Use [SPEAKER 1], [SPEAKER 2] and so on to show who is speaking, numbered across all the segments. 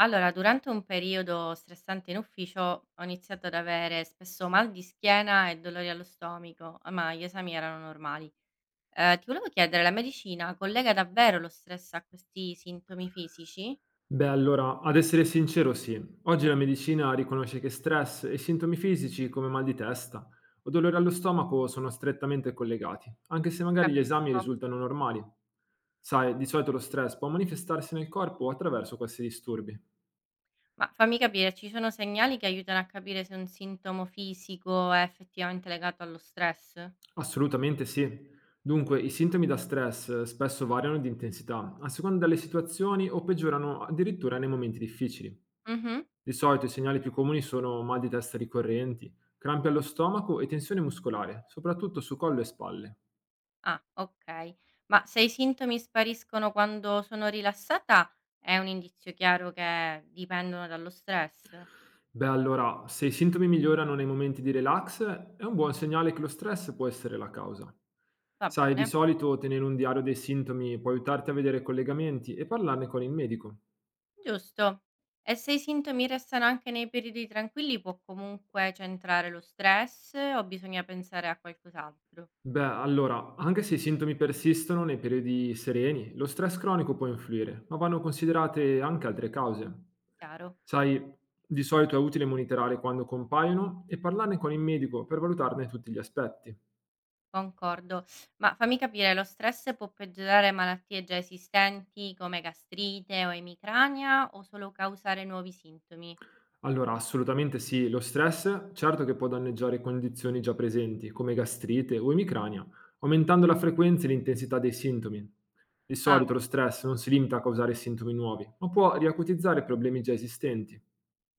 [SPEAKER 1] Allora, durante un periodo stressante in ufficio ho iniziato ad avere spesso mal di schiena e dolori allo stomaco, ma gli esami erano normali. Ti volevo chiedere, la medicina collega davvero lo stress a questi sintomi fisici?
[SPEAKER 2] Beh, allora, ad essere sincero, sì. Oggi la medicina riconosce che stress e sintomi fisici come mal di testa o dolore allo stomaco sono strettamente collegati, anche se magari gli esami
[SPEAKER 1] Capisco.
[SPEAKER 2] risultano normali. Sai, di solito lo stress può manifestarsi nel corpo attraverso questi disturbi.
[SPEAKER 1] Ma fammi capire, ci sono segnali che aiutano a capire se un sintomo fisico è effettivamente legato allo stress?
[SPEAKER 2] Assolutamente sì. Dunque, i sintomi da stress spesso variano di intensità, a seconda delle situazioni o peggiorano addirittura nei momenti difficili.
[SPEAKER 1] Mhm.
[SPEAKER 2] Di solito i segnali più comuni sono mal di testa ricorrenti, crampi allo stomaco e tensione muscolare, soprattutto su collo e spalle.
[SPEAKER 1] Ah, ok. Ma se i sintomi spariscono quando sono rilassata, è un indizio chiaro che dipendono dallo stress?
[SPEAKER 2] Beh, allora, se i sintomi migliorano nei momenti di relax, è un buon segnale che lo stress può essere la causa.
[SPEAKER 1] Va
[SPEAKER 2] Sai, di
[SPEAKER 1] bene,
[SPEAKER 2] solito tenere un diario dei sintomi può aiutarti a vedere collegamenti e parlarne con il medico.
[SPEAKER 1] giusto. E se i sintomi restano anche nei periodi tranquilli, può comunque centrare lo stress o bisogna pensare a qualcos'altro?
[SPEAKER 2] Beh, allora, anche se i sintomi persistono nei periodi sereni, lo stress cronico può influire, ma vanno considerate anche altre cause.
[SPEAKER 1] Chiaro,
[SPEAKER 2] Sai, di solito è utile monitorare quando compaiono e parlarne con il medico per valutarne tutti gli aspetti.
[SPEAKER 1] concordo. Ma fammi capire, lo stress può peggiorare malattie già esistenti come gastrite o emicrania o solo causare nuovi sintomi?
[SPEAKER 2] Allora, assolutamente sì, lo stress certo che può danneggiare condizioni già presenti, come gastrite o emicrania, aumentando la frequenza e l'intensità dei sintomi. Di
[SPEAKER 1] Ah,
[SPEAKER 2] solito lo stress non si limita a causare sintomi nuovi, ma può riacutizzare problemi già esistenti.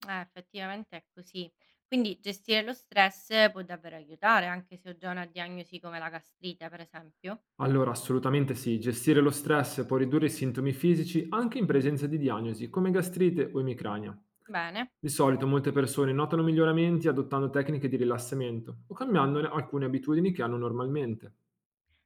[SPEAKER 1] effettivamente è così. Quindi gestire lo stress può davvero aiutare, anche se ho già una diagnosi come la gastrite, per esempio.
[SPEAKER 2] Allora, assolutamente sì, gestire lo stress può ridurre i sintomi fisici anche in presenza di diagnosi come gastrite o emicrania.
[SPEAKER 1] Bene.
[SPEAKER 2] Di solito molte persone notano miglioramenti adottando tecniche di rilassamento o cambiando alcune abitudini che hanno normalmente.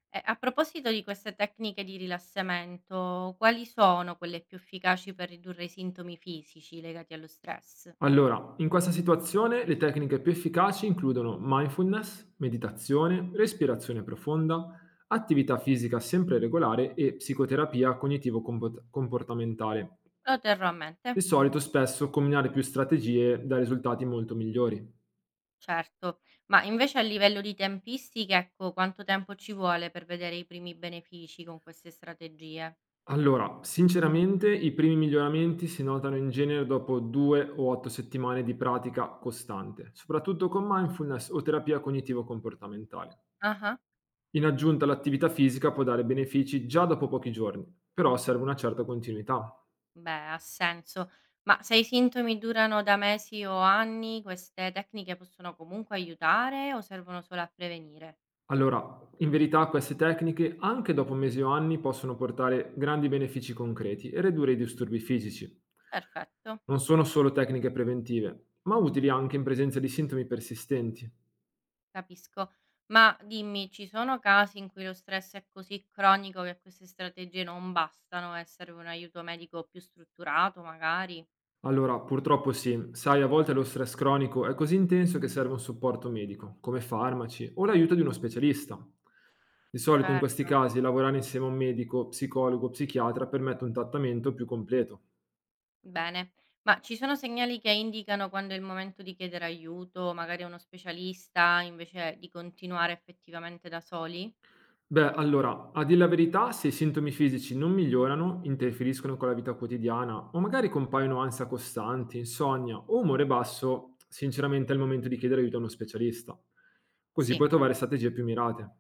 [SPEAKER 1] E a proposito di queste tecniche di rilassamento, quali sono quelle più efficaci per ridurre i sintomi fisici legati allo stress?
[SPEAKER 2] Allora, in questa situazione le tecniche più efficaci includono mindfulness, meditazione, respirazione profonda, attività fisica sempre regolare e psicoterapia cognitivo-comportamentale.
[SPEAKER 1] Lo terrò a mente,
[SPEAKER 2] Di solito spesso combinare più strategie dà risultati molto migliori.
[SPEAKER 1] certo, ma invece a livello di tempistiche, ecco, quanto tempo ci vuole per vedere i primi benefici con queste strategie?
[SPEAKER 2] Allora, sinceramente i primi miglioramenti si notano in genere dopo 2 o 8 settimane di pratica costante, soprattutto con mindfulness o terapia cognitivo-comportamentale.
[SPEAKER 1] Ah,
[SPEAKER 2] In aggiunta, l'attività fisica può dare benefici già dopo pochi giorni, però serve una certa continuità.
[SPEAKER 1] beh, ha senso. Ma se i sintomi durano da mesi o anni, queste tecniche possono comunque aiutare o servono solo a prevenire?
[SPEAKER 2] Allora, in verità queste tecniche, anche dopo mesi o anni, possono portare grandi benefici concreti e ridurre i disturbi fisici.
[SPEAKER 1] Perfetto.
[SPEAKER 2] Non sono solo tecniche preventive, ma utili anche in presenza di sintomi persistenti.
[SPEAKER 1] Capisco. Ma dimmi, ci sono casi in cui lo stress è così cronico che queste strategie non bastano e serve un aiuto medico più strutturato, magari?
[SPEAKER 2] Allora, purtroppo sì. Sai, a volte lo stress cronico è così intenso che serve un supporto medico, come farmaci o l'aiuto di uno specialista. Di solito in questi
[SPEAKER 1] Certo,
[SPEAKER 2] casi lavorare insieme a un medico, psicologo, psichiatra permette un trattamento più completo.
[SPEAKER 1] bene. Ma ci sono segnali che indicano quando è il momento di chiedere aiuto, magari a uno specialista, invece di continuare effettivamente da soli?
[SPEAKER 2] Beh, allora, a dir la verità, se i sintomi fisici non migliorano, interferiscono con la vita quotidiana o magari compaiono ansia costante, insonnia o umore basso, sinceramente è il momento di chiedere aiuto a uno specialista. Così
[SPEAKER 1] Sì.
[SPEAKER 2] puoi trovare strategie più mirate.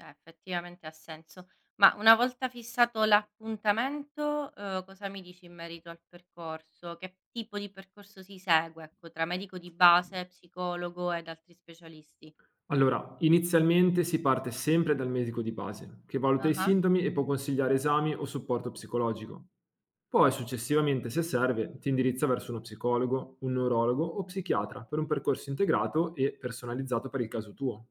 [SPEAKER 1] Effettivamente ha senso. Ma una volta fissato l'appuntamento, cosa mi dici in merito al percorso? Che tipo di percorso si segue, ecco, tra medico di base, psicologo ed altri specialisti?
[SPEAKER 2] Allora, inizialmente si parte sempre dal medico di base, che valuta i
[SPEAKER 1] Ah-ah,
[SPEAKER 2] sintomi e può consigliare esami o supporto psicologico. Poi, successivamente, se serve, ti indirizza verso uno psicologo, un neurologo o psichiatra per un percorso integrato e personalizzato per il caso tuo.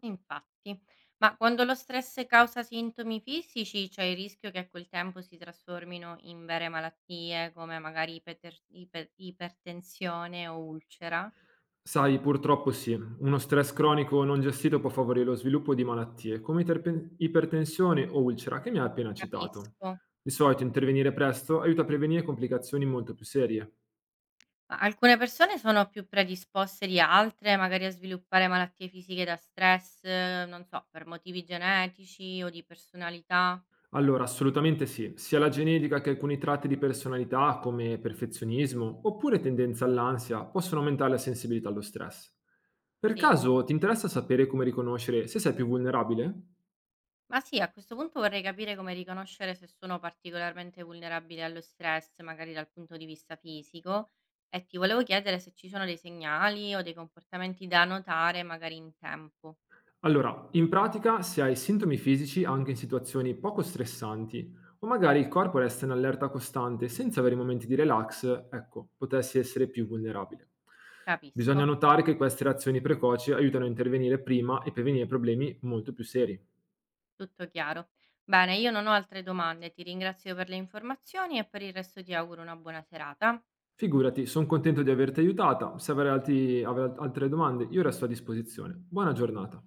[SPEAKER 1] infatti. Ma quando lo stress causa sintomi fisici, c'è il rischio che a quel tempo si trasformino in vere malattie come magari ipeter ipe ipertensione o ulcera?
[SPEAKER 2] Sai, purtroppo sì, uno stress cronico non gestito può favorire lo sviluppo di malattie come ipertensione o ulcera che mi hai appena citato.
[SPEAKER 1] Capisco.
[SPEAKER 2] Di solito intervenire presto aiuta a prevenire complicazioni molto più serie.
[SPEAKER 1] Ma alcune persone sono più predisposte di altre, magari a sviluppare malattie fisiche da stress, non so, per motivi genetici o di personalità.
[SPEAKER 2] Allora, assolutamente sì. Sia la genetica che alcuni tratti di personalità, come perfezionismo oppure tendenza all'ansia, possono aumentare la sensibilità allo stress. Per
[SPEAKER 1] Sì.
[SPEAKER 2] caso ti interessa sapere come riconoscere se sei più vulnerabile?
[SPEAKER 1] Ma sì, a questo punto vorrei capire come riconoscere se sono particolarmente vulnerabile allo stress, magari dal punto di vista fisico. E ti volevo chiedere se ci sono dei segnali o dei comportamenti da notare, magari in tempo.
[SPEAKER 2] Allora, in pratica, se hai sintomi fisici anche in situazioni poco stressanti, o magari il corpo resta in allerta costante senza avere momenti di relax, ecco, potresti essere più vulnerabile. Bisogna
[SPEAKER 1] Capisco,
[SPEAKER 2] notare che queste reazioni precoci aiutano a intervenire prima e prevenire problemi molto più seri.
[SPEAKER 1] tutto chiaro. Bene, io non ho altre domande, ti ringrazio per le informazioni e per il resto ti auguro una buona serata.
[SPEAKER 2] Figurati, sono contento di averti aiutata. Se avrai altre domande, io resto a disposizione. Buona giornata.